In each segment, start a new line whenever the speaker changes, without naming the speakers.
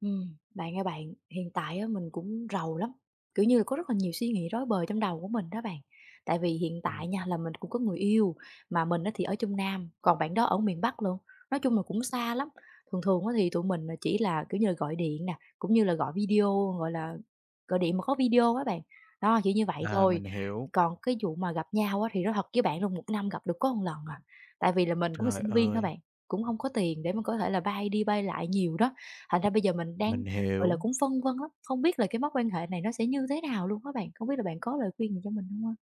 Bạn ơi bạn, hiện tại á mình cũng rầu lắm, kiểu như là, có rất là nhiều suy nghĩ rối bời trong đầu của mình đó bạn. Tại vì hiện tại
Ừm,
nha là mình cũng có người yêu, mà mình á thì ở trong Nam, còn bạn đó ở miền Bắc luôn, nói chung là cũng xa lắm. Thường thường á thì tụi mình là chỉ là, kiểu như là, gọi điện nè, cũng như là gọi video, gọi là, gọi điện mà có video á bạn, đó, chỉ như vậy thôi.
mình hiểu.
Còn cái vụ mà gặp nhau á thì nói thật với bạn luôn, một năm gặp được có một lần à, tại vì là mình cũng là
Trời
sinh viên thôi
ơi,
bạn, cũng không có tiền để mà có thể là bay đi bay lại nhiều đó. Thành ra bây giờ mình đang,
mình
gọi là,
hiểu.
cũng phân vân lắm, không biết là cái mối quan hệ này nó sẽ như thế nào luôn á bạn, không biết là bạn có lời khuyên gì cho mình không ha?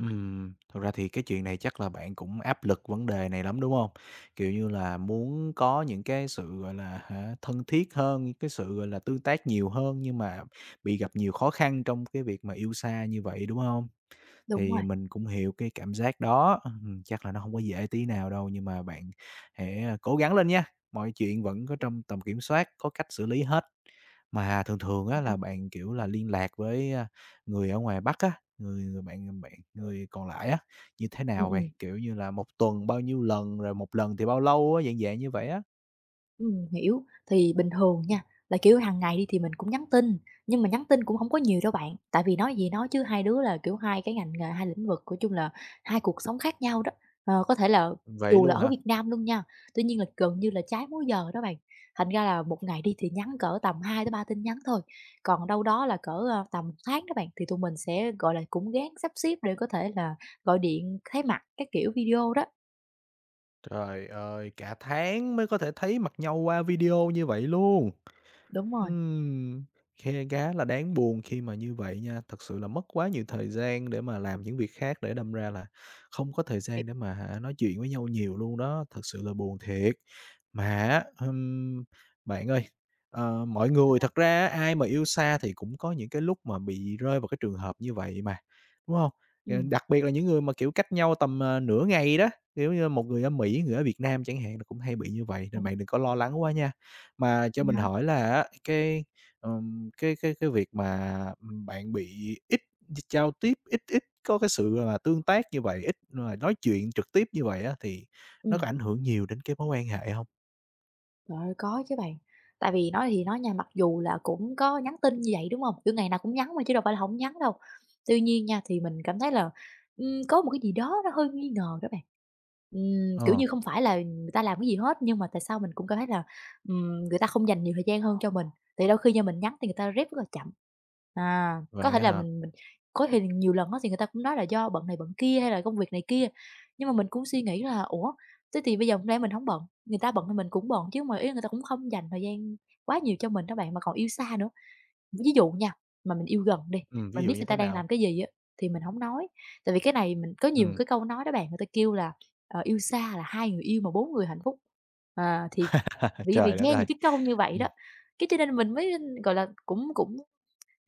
Thật ra thì cái chuyện này chắc là bạn cũng áp lực vấn đề này lắm, đúng không? Kiểu như là, muốn có những cái sự, gọi là, thân thiết hơn, cái sự, gọi là, tương tác nhiều hơn nhưng mà bị gặp nhiều khó khăn trong cái việc mà yêu xa như vậy, đúng không?
Đúng
Thì
rồi,
mình cũng hiểu cái cảm giác đó, chắc là nó không có dễ tí nào đâu, nhưng mà bạn hãy, cố gắng lên nha, mọi chuyện vẫn có trong tầm kiểm soát, có cách xử lý hết. Mà thường thường á
đó.
là bạn, kiểu là, liên lạc với, người ở ngoài Bắc á, người người bạn bạn người còn lại á, như thế
Ừm,
nào vậy?
ừm.
Kiểu như là một tuần bao nhiêu lần, rồi một lần thì bao lâu á, dạng dạng như vậy á.
Hiểu. Thì bình thường nha, là, kiểu, hàng ngày đi thì mình cũng nhắn tin, nhưng mà nhắn tin cũng không có nhiều đâu bạn, tại vì nói gì nói chứ hai đứa là, kiểu, hai cái ngành nghề, hai lĩnh vực, nói chung là hai cuộc sống khác nhau đó. Ờ, có thể là
Vậy
dù là
luôn
ở
hả?
Việt Nam luôn nha, tuy nhiên là gần như là trái múi giờ đó bạn, thành ra là một ngày đi thì nhắn cỡ tầm hai tới ba tin nhắn thôi, còn đâu đó là cỡ, ờ, tầm một tháng đó bạn, thì tụi mình sẽ, gọi là, cũng gán sắp xếp để có thể là gọi điện, thấy mặt các kiểu video đó.
Trời ơi, cả tháng mới có thể thấy mặt nhau qua video như vậy luôn!
Đúng rồi,
Ừm, khe Khá là đáng buồn khi mà như vậy nha. Thật sự là mất quá nhiều thời gian để mà làm những việc khác để đâm ra là không có thời
hiểu.
gian để mà nói chuyện với nhau nhiều luôn đó, thật sự là buồn thiệt. Mà á, bạn ơi, mọi người thật ra á, ai mà yêu xa thì cũng có những cái lúc mà bị rơi vào cái trường hợp như vậy mà, đúng không? Ờ,
Ừm,
đặc biệt là những người mà, kiểu, cách nhau tầm, nửa ngày đó, kiểu như, một người ở Mỹ, người ở Việt Nam chẳng hạn là cũng hay bị như vậy, nên
đúng.
bạn đừng có lo lắng quá nha. Mà cho
Vậy
mình
hả?
hỏi là á, cái việc mà, bạn bị ít giao tiếp, ít ít có cái sự, tương tác như vậy, ít mà nói chuyện trực tiếp như vậy á, thì nó
Ừm.
có ảnh hưởng nhiều đến cái mối quan hệ hông?
Trời ơi, có chứ bạn. Tại vì nói thì nói nha, mặc dù là cũng có nhắn tin như vậy, đúng không? Kiểu, ngày nào cũng nhắn mà chứ đâu phải là hổng nhắn đâu. Tuy nhiên nha, thì mình cảm thấy là, có một cái gì đó nó hơi nghi ngờ đó bạn. Kiểu
Ờ,
như, không phải là người ta làm cái gì hết, nhưng mà tại sao mình cũng cảm thấy là, người ta không dành nhiều thời gian hơn cho mình. Thì đôi khi nha, mình nhắn thì người ta rep rất là chậm. À, có
vậy
thể
á
là
hả?
mình có thể nhiều lần á thì người ta cũng nói là do bận này bận kia hay là công việc này kia, nhưng mà mình cũng suy nghĩ là "Ủa? Thế thì bây giờ hôm nay mình hổng bận, người ta bận thì mình cũng bận chứ, mà ý là người ta cũng không dành thời gian quá nhiều cho mình đó bạn, mà còn yêu xa nữa. Ví dụ nha, mà mình yêu gần đi,
Ví
mình
dụ
biết
như
người ta
thế
đang
nào?
làm cái gì á, thì mình hổng nói, tại vì cái này mình có nhiều
Ừm,
cái câu nói đó bạn, người ta kêu là, ờ, "Yêu xa là hai người yêu mà bốn người hạnh phúc." À, thì vì vì
trời đất
nghe
ơi!
những cái câu như vậy đó,
Ừm,
cái cho nên mình mới, gọi là, cũng cũng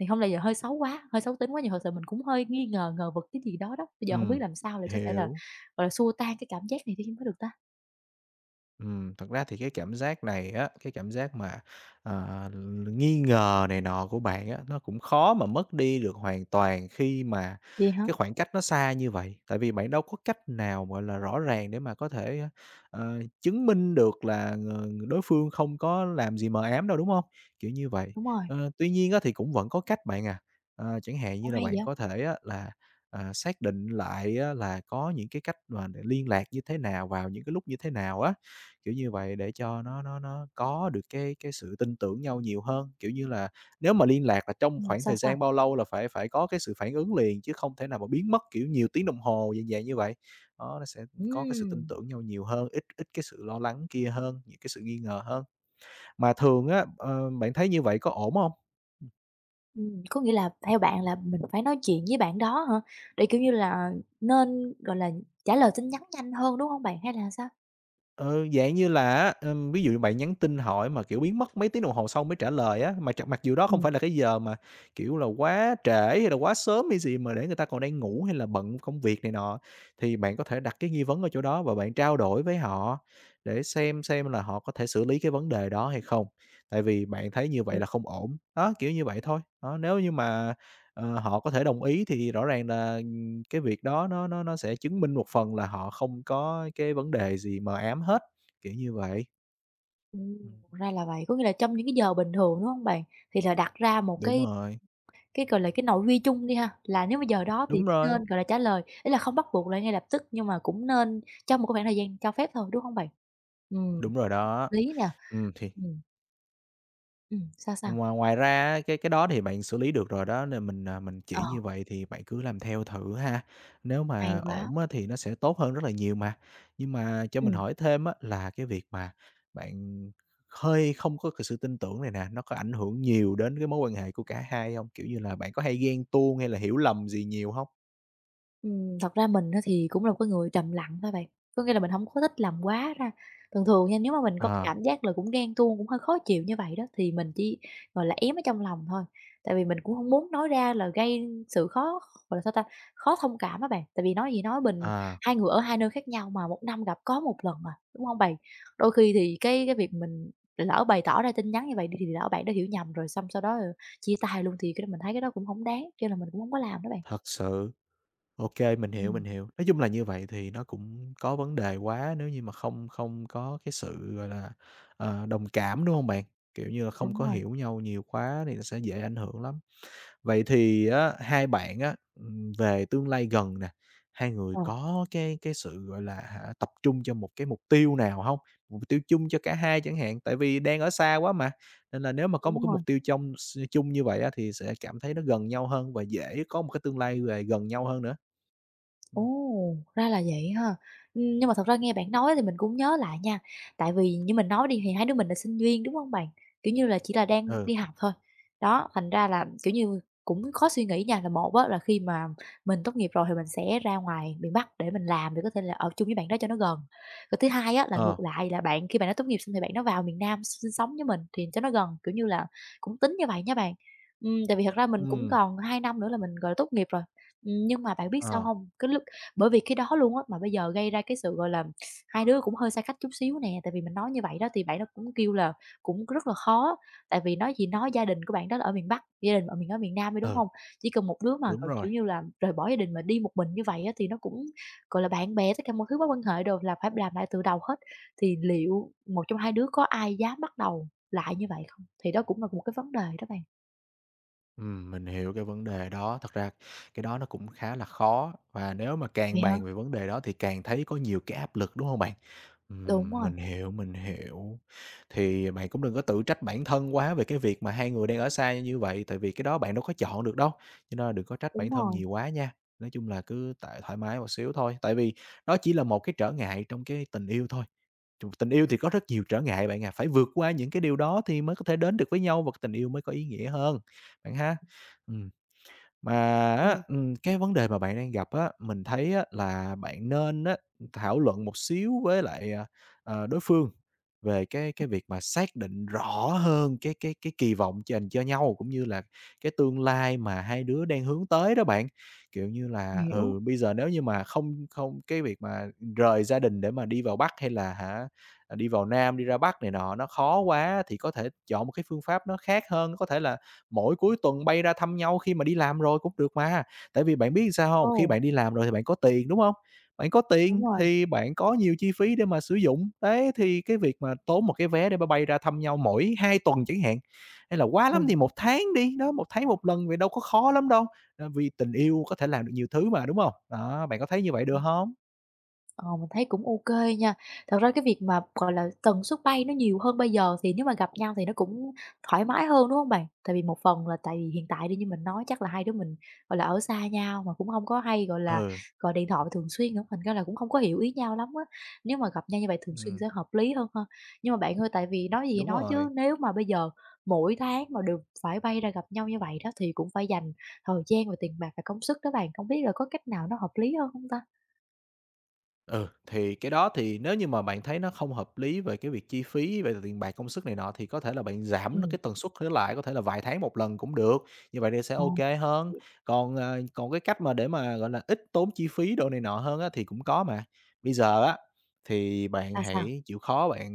thì hông lẽ giờ hơi xấu quá, hơi xấu tính quá, nhiều hồi sự mình cũng hơi nghi ngờ, ngờ vực cái gì đó đó, bây giờ hổng biết
ừm,
làm sao để có thể là,
hiểu.
gọi là, xua tan cái cảm giác này đi mới được ta?
Thật ra thì cái cảm giác này á, cái cảm giác mà, ờ, nghi ngờ này nọ của bạn á, nó cũng khó mà mất đi được hoàn toàn khi mà
Vậy hả?
cái khoảng cách nó xa như vậy. Tại vì bạn đâu có cách nào, gọi là, rõ ràng để mà có thể, chứng minh được là ng đối phương không có làm gì mờ ám đâu, đúng không? Kiểu như vậy.
Đúng rồi,
Ờ, tuy nhiên á thì cũng vẫn có cách bạn à, chẳng hạn như
cũng
là
hay
bạn
vậy.
có thể á là, xác định lại á là có những cái cách mà để liên lạc như thế nào, vào những cái lúc như thế nào á, kiểu như vậy, để cho nó có được cái sự tin tưởng nhau nhiều hơn, kiểu như là, nếu mà liên lạc là trong khoảng
Sao,
thời
sao?
gian bao lâu là phải phải có cái sự phản ứng liền, chứ không thể nào mà biến mất, kiểu, nhiều tiếng đồng hồ, dạng dạng như vậy. Đó, nó sẽ có cái sự tin
Ừm,
tưởng nhau nhiều hơn, ít ít cái sự lo lắng kia hơn, những cái sự nghi ngờ hơn. Mà thường á, bạn thấy như vậy có ổn không?
có nghĩa là theo bạn là mình phải nói chuyện với bạn đó hả? Để, kiểu như là, nên, gọi là, trả lời tin nhắn nhanh hơn, đúng không bạn? Hay là sao?
Ừ, dạng như là á, ví dụ bạn nhắn tin hỏi mà, kiểu, biến mất mấy tiếng đồng hồ sau mới trả lời á, mà chặt mặc dù đó không
Ừm,
phải là cái giờ mà, kiểu là, quá trễ hay là quá sớm hay gì mà để người ta còn đang ngủ hay là bận công việc này nọ, thì bạn có thể đặt cái nghi vấn ở chỗ đó và bạn trao đổi với họ để xem là họ có thể xử lý cái vấn đề đó hay không. Tại vì bạn thấy như vậy
ừm,
là không ổn, đó, kiểu như vậy thôi. Đó, nếu như mà, họ có thể đồng ý thì rõ ràng là cái việc đó nó sẽ chứng minh một phần là họ không có cái vấn đề gì mờ ám hết, kiểu như vậy. Ừm,
ra là vậy. Có nghĩa là trong những cái giờ bình thường, đúng không bạn? Thì là đặt ra một
đúng
cái
rồi,
cái, gọi là, cái nội quy chung đi ha, là nếu mà giờ đó thì
đúng
phải
rồi,
nên, gọi là, trả lời, ý là không bắt buộc là ngay lập tức nhưng mà cũng nên trong một cái khoảng thời gian cho phép thôi, đúng không bạn? Ừm,
đúng rồi đó.
lý nè.
Thì
Ừm, sao, sao?
ngoài ngoài ra á, cái đó thì bạn xử lý được rồi đó, nên mình, mình
Ờ,
chỉ như vậy thì bạn cứ làm theo thử ha. Nếu mà
hay quá.
ổn á thì nó sẽ tốt hơn rất là nhiều mà. Nhưng mà cho mình
Ừm.
hỏi thêm á là cái việc mà bạn hơi không có cái sự tin tưởng này nè, nó có ảnh hưởng nhiều đến cái mối quan hệ của cả hai hông? Kiểu như là, bạn có hay ghen tuông hay là hiểu lầm gì nhiều hông?
Thật ra mình á thì cũng là một cái người trầm lặng thôi bạn, có nghĩa là mình hổng có thích làm quá ra. Thường thường nha, nếu mà mình có cái
À,
cảm giác là cũng ghen tuông, cũng hơi khó chịu như vậy đó, thì mình chỉ, gọi là, ém ở trong lòng thôi, tại vì mình cũng hông muốn nói ra là gây sự khó gọi là, sao ta, khó thông cảm á bạn. Tại vì nói gì nói mình
à,
hai người ở hai nơi khác nhau mà một năm gặp có một lần à, đúng hông bạn? Đôi khi thì cái việc mình lỡ bày tỏ ra tin nhắn như vậy đi thì lỡ bạn đó hiểu nhầm rồi xong sau đó, ờ, chia tay luôn thì cái đó mình thấy cái đó cũng hổng đáng, cho nên là mình cũng hông có làm đó bạn.
thật sự. Ok, mình hiểu,
Ừm,
mình hiểu. Nói chung là như vậy thì nó cũng có vấn đề quá nếu như mà không không có cái sự, gọi là, đồng cảm, đúng không bạn? Kiểu như là, không
đúng
có
rồi.
hiểu nhau nhiều quá thì nó sẽ dễ ảnh hưởng lắm. Vậy thì á, hai bạn á, về tương lai gần nè, hai người
Ờ,
có cái sự, gọi là, tập trung cho một cái mục tiêu nào hông? Mục tiêu chung cho cả hai chẳng hạn, tại vì đang ở xa quá mà, nên là nếu mà có một
đúng
cái
rồi.
mục tiêu trong s chung như vậy á, thì sẽ cảm thấy nó gần nhau hơn và dễ có một cái tương lai về gần nhau hơn nữa.
Ồ,
Ừm,
ra là vậy ha. Nhưng mà thật ra nghe bạn nói thì mình cũng nhớ lại nha, tại vì như mình nói đi thì hai đứa mình là sinh viên, đúng không bạn? Kiểu như là, chỉ là đang
ừ,
đi học thôi. Đó, thành ra là, kiểu như, cũng khó suy nghĩ nha, là một á là khi mà mình tốt nghiệp rồi thì mình sẽ ra ngoài miền Bắc để mình làm để có thể là ở chung với bạn đó cho nó gần. Rồi thứ hai á là
ờ,
ngược lại là bạn khi bạn nó tốt nghiệp xong thì bạn nó vào miền Nam sinh sống với mình thì cho nó gần, kiểu như là, cũng tính như vậy nha bạn. Tại vì thật ra mình cũng
ừm,
còn 2 năm nữa là mình, gọi là, tốt nghiệp rồi. Nhưng mà bạn biết sao
ờ,
không? Cái lúc bởi vì cái đó luôn á, mà bây giờ gây ra cái sự, gọi là, hai đứa cũng hơi xa cách chút xíu nè, tại vì mình nói như vậy đó thì bạn nó cũng kêu là cũng rất là khó, tại vì nói gì nói gia đình của bạn đó là ở miền Bắc, gia đình ở miền Nam ấy đúng
ừ,
không? Chỉ cần một đứa mà,
đúng
gọi,
rồi.
kiểu như là, rời bỏ gia đình mà đi một mình như vậy á thì nó cũng, gọi là, bạn bè tất cả mọi thứ mối quan hệ đều là phải làm lại từ đầu hết, thì liệu một trong hai đứa có ai dám bắt đầu lại như vậy không? Thì đó cũng là một cái vấn đề đó bạn.
Mình hiểu cái vấn đề đó. Thật ra cái đó nó cũng khá là khó và nếu mà càng
Vậy hả?
bàn về vấn đề đó thì càng thấy có nhiều cái áp lực, đúng không bạn?
Đúng rồi,
Mình hiểu, mình hiểu. Thì bạn cũng đừng có tự trách bản thân quá về cái việc mà hai người đang ở xa như vậy, tại vì cái đó bạn đâu có chọn được đâu, cho nên là đừng có trách
đúng
bản thân
rồi,
nhiều quá nha. Nói chung là cứ tại thoải mái một xíu thôi, tại vì đó chỉ là một cái trở ngại trong cái tình yêu thôi. Tình yêu thì có rất nhiều trở ngại bạn à, phải vượt qua những cái điều đó thì mới có thể đến được với nhau và cái tình yêu mới có ý nghĩa hơn. Bạn ha? Ừm, mà á,
ừm,
cái vấn đề mà bạn đang gặp á, mình thấy á là bạn nên á, thảo luận một xíu với lại, đối phương về cái việc mà xác định rõ hơn cái kỳ vọng dành cho nhau, cũng như là cái tương lai mà hai đứa đang hướng tới đó bạn. Kiểu như là,
hiểu.
ừ, bây giờ nếu như mà không không cái việc mà rời gia đình để mà đi vào Bắc hay là đi vào Nam, đi ra Bắc này nọ nó khó quá thì có thể chọn một cái phương pháp nó khác hơn, có thể là mỗi cuối tuần bay ra thăm nhau khi mà đi làm rồi cũng được mà. Tại vì bạn biết sao không? Khi
Ồ,
bạn đi làm rồi thì bạn có tiền, đúng không? Bạn có
đúng
tiền
rồi,
thì bạn có nhiều chi phí để mà sử dụng. Đấy, thì cái việc mà tốn một cái vé để mà bay ra thăm nhau mỗi 2 tuần chẳng hạn, hay là quá
ừ.
lắm thì một tháng đi, đó, một tháng một lần vậy đâu có khó lắm đâu, vì tình yêu có thể làm được nhiều thứ mà, đúng không? Đó, bạn có thấy như vậy được không?
Ờ, mình thấy cũng ok nha. Thật ra cái việc mà, gọi là, tần suất bay nó nhiều hơn bây giờ thì nếu mà gặp nhau thì nó cũng thoải mái hơn, đúng không bạn? Tại vì một phần là tại vì hiện tại đi như mình nói chắc là hai đứa mình, gọi là, ở xa nhau mà cũng không có hay, gọi là,
Ừ.
gọi điện thoại thường xuyên nữa, thành ra là cũng không có hiểu ý nhau lắm á. Nếu mà gặp nhau như vậy thường xuyên
Ừm,
sẽ hợp lý hơn ha. Nhưng mà bạn ơi, tại vì nói gì thì
đúng
nói chứ
rồi.
nếu mà bây giờ mỗi tháng mà đều phải bay ra gặp nhau như vậy đó thì cũng phải dành thời gian và tiền bạc và công sức đó bạn, không biết là có cách nào nó hợp lý hơn không ta?
Ừ, thì cái đó thì nếu như mà bạn thấy nó không hợp lý về cái việc chi phí, về tiền bạc công sức này nọ thì có thể là bạn giảm nó
Ừm.
cái tần suất nó lại, có thể là vài tháng một lần cũng được, như vậy thì sẽ
Ờ.
ok hơn. Còn, còn cái cách mà để mà, gọi là, ít tốn chi phí đồ này nọ hơn á thì cũng có mà. Bây giờ á, thì bạn
Sao, sao?
hãy chịu khó bạn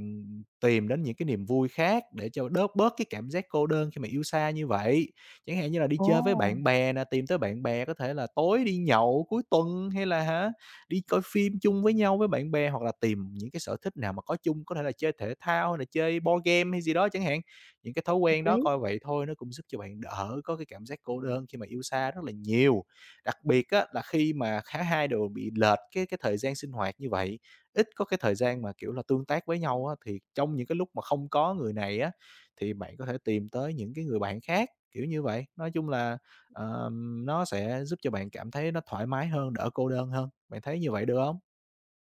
tìm đến những cái niềm vui khác để cho đớt bớt cái cảm giác cô đơn khi mà yêu xa như vậy. Chẳng hạn như là đi
Ồ,
chơi với bạn bè nè, tìm tới bạn bè có thể là tối đi nhậu cuối tuần hay là đi coi phim chung với nhau với bạn bè hoặc là tìm những cái sở thích nào mà có chung, có thể là chơi thể thao hay là chơi board game hay gì đó chẳng hạn. Những cái thói
hợp
quen đó
lý.
coi vậy thôi nó cũng giúp cho bạn đỡ có cái cảm giác cô đơn khi mà yêu xa rất là nhiều. Đặc biệt á là khi mà cả hai đều bị lệch cái thời gian sinh hoạt như vậy, ít có cái thời gian mà, kiểu là, tương tác với nhau á, thì trong những cái lúc mà không có người này á, thì bạn có thể tìm tới những cái người bạn khác, kiểu như vậy. Nói chung là nó sẽ giúp cho bạn cảm thấy nó thoải mái hơn, đỡ cô đơn hơn, bạn thấy như vậy được không?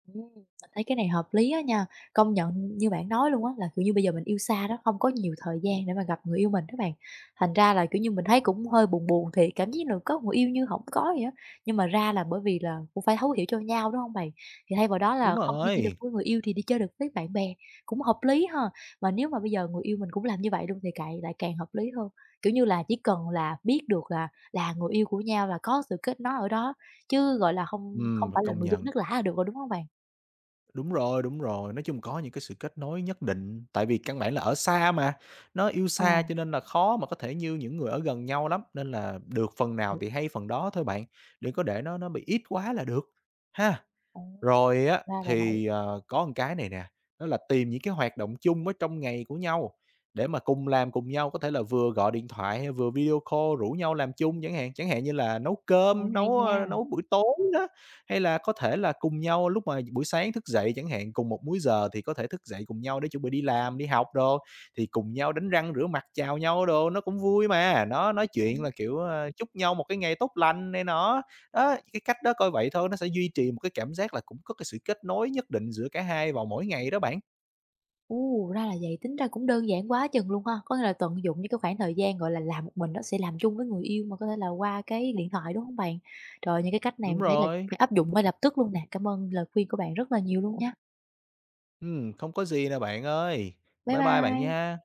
Mình thấy cái này hợp lý á nha. Công nhận như bạn nói luôn á, là, kiểu như, bây giờ mình yêu xa đó, không có nhiều thời gian để mà gặp người yêu mình các bạn. Thành ra là, kiểu như, mình thấy cũng hơi buồn buồn thì cảm giác là có người yêu như không có vậy á. Nhưng mà ra là bởi vì là cũng phải thấu hiểu cho nhau, đúng không bạn? Thì thay vào đó là
Đúng
không đi chơi được
rồi.
với người yêu thì đi chơi được với bạn bè, cũng hợp lý ha. Mà nếu mà bây giờ người yêu mình cũng làm như vậy luôn thì cậy lại càng hợp lý hơn. Kiểu như là, chỉ cần là biết được là người yêu của nhau và có sự kết nối ở đó, chứ, gọi là, không không phải là
Công
người dân
nhận.
nước lã là được rồi, đúng không bạn?
Đúng rồi, nói chung có những cái sự kết nối nhất định, tại vì căn bản là ở xa mà, nó yêu xa
Ồ,
cho nên là khó mà có thể như những người ở gần nhau lắm, nên là được phần nào
vậy
thì hay phần đó thôi bạn, đừng có để nó bị ít quá là được, ha.
ồ,
Rồi á,
ra là vậy,
thì, có một cái này nè, đó là tìm những cái hoạt động chung ở trong ngày của nhau để mà cùng làm cùng nhau, có thể là vừa gọi điện thoại hay vừa video call rủ nhau làm chung chẳng hạn, chẳng hạn như là nấu
ê,
cơm,
hay nha.
nấu buổi tối đó, hay là có thể là cùng nhau lúc mà buổi sáng thức dậy chẳng hạn, cùng một múi giờ thì có thể thức dậy cùng nhau để chuẩn bị đi làm, đi học đồ, thì cùng nhau đánh răng rửa mặt chào nhau đồ, nó cũng vui mà. Nó nói chuyện
Ừm,
là, kiểu, chúc nhau một cái ngày tốt lành này nọ. Đó, cái cách đó coi vậy thôi, nó sẽ duy trì một cái cảm giác là cũng có cái sự kết nối nhất định giữa cả hai vào mỗi ngày đó bạn.
ra là vậy, tính ra cũng đơn giản quá chừng luôn ha, có nghĩa là tận dụng những cái khoảng thời gian, gọi là, làm một mình nó sẽ làm chung với người yêu mà có thể là qua cái điện thoại, đúng không bạn? Trời, những cái cách này
Đúng
mình thấy là
rồi,
phải áp dụng ngay lập tức luôn nè. Cảm ơn lời khuyên của bạn rất là nhiều luôn nha.
không có gì nè bạn ơi.
Bye
Bye bye bạn
bye.
nha.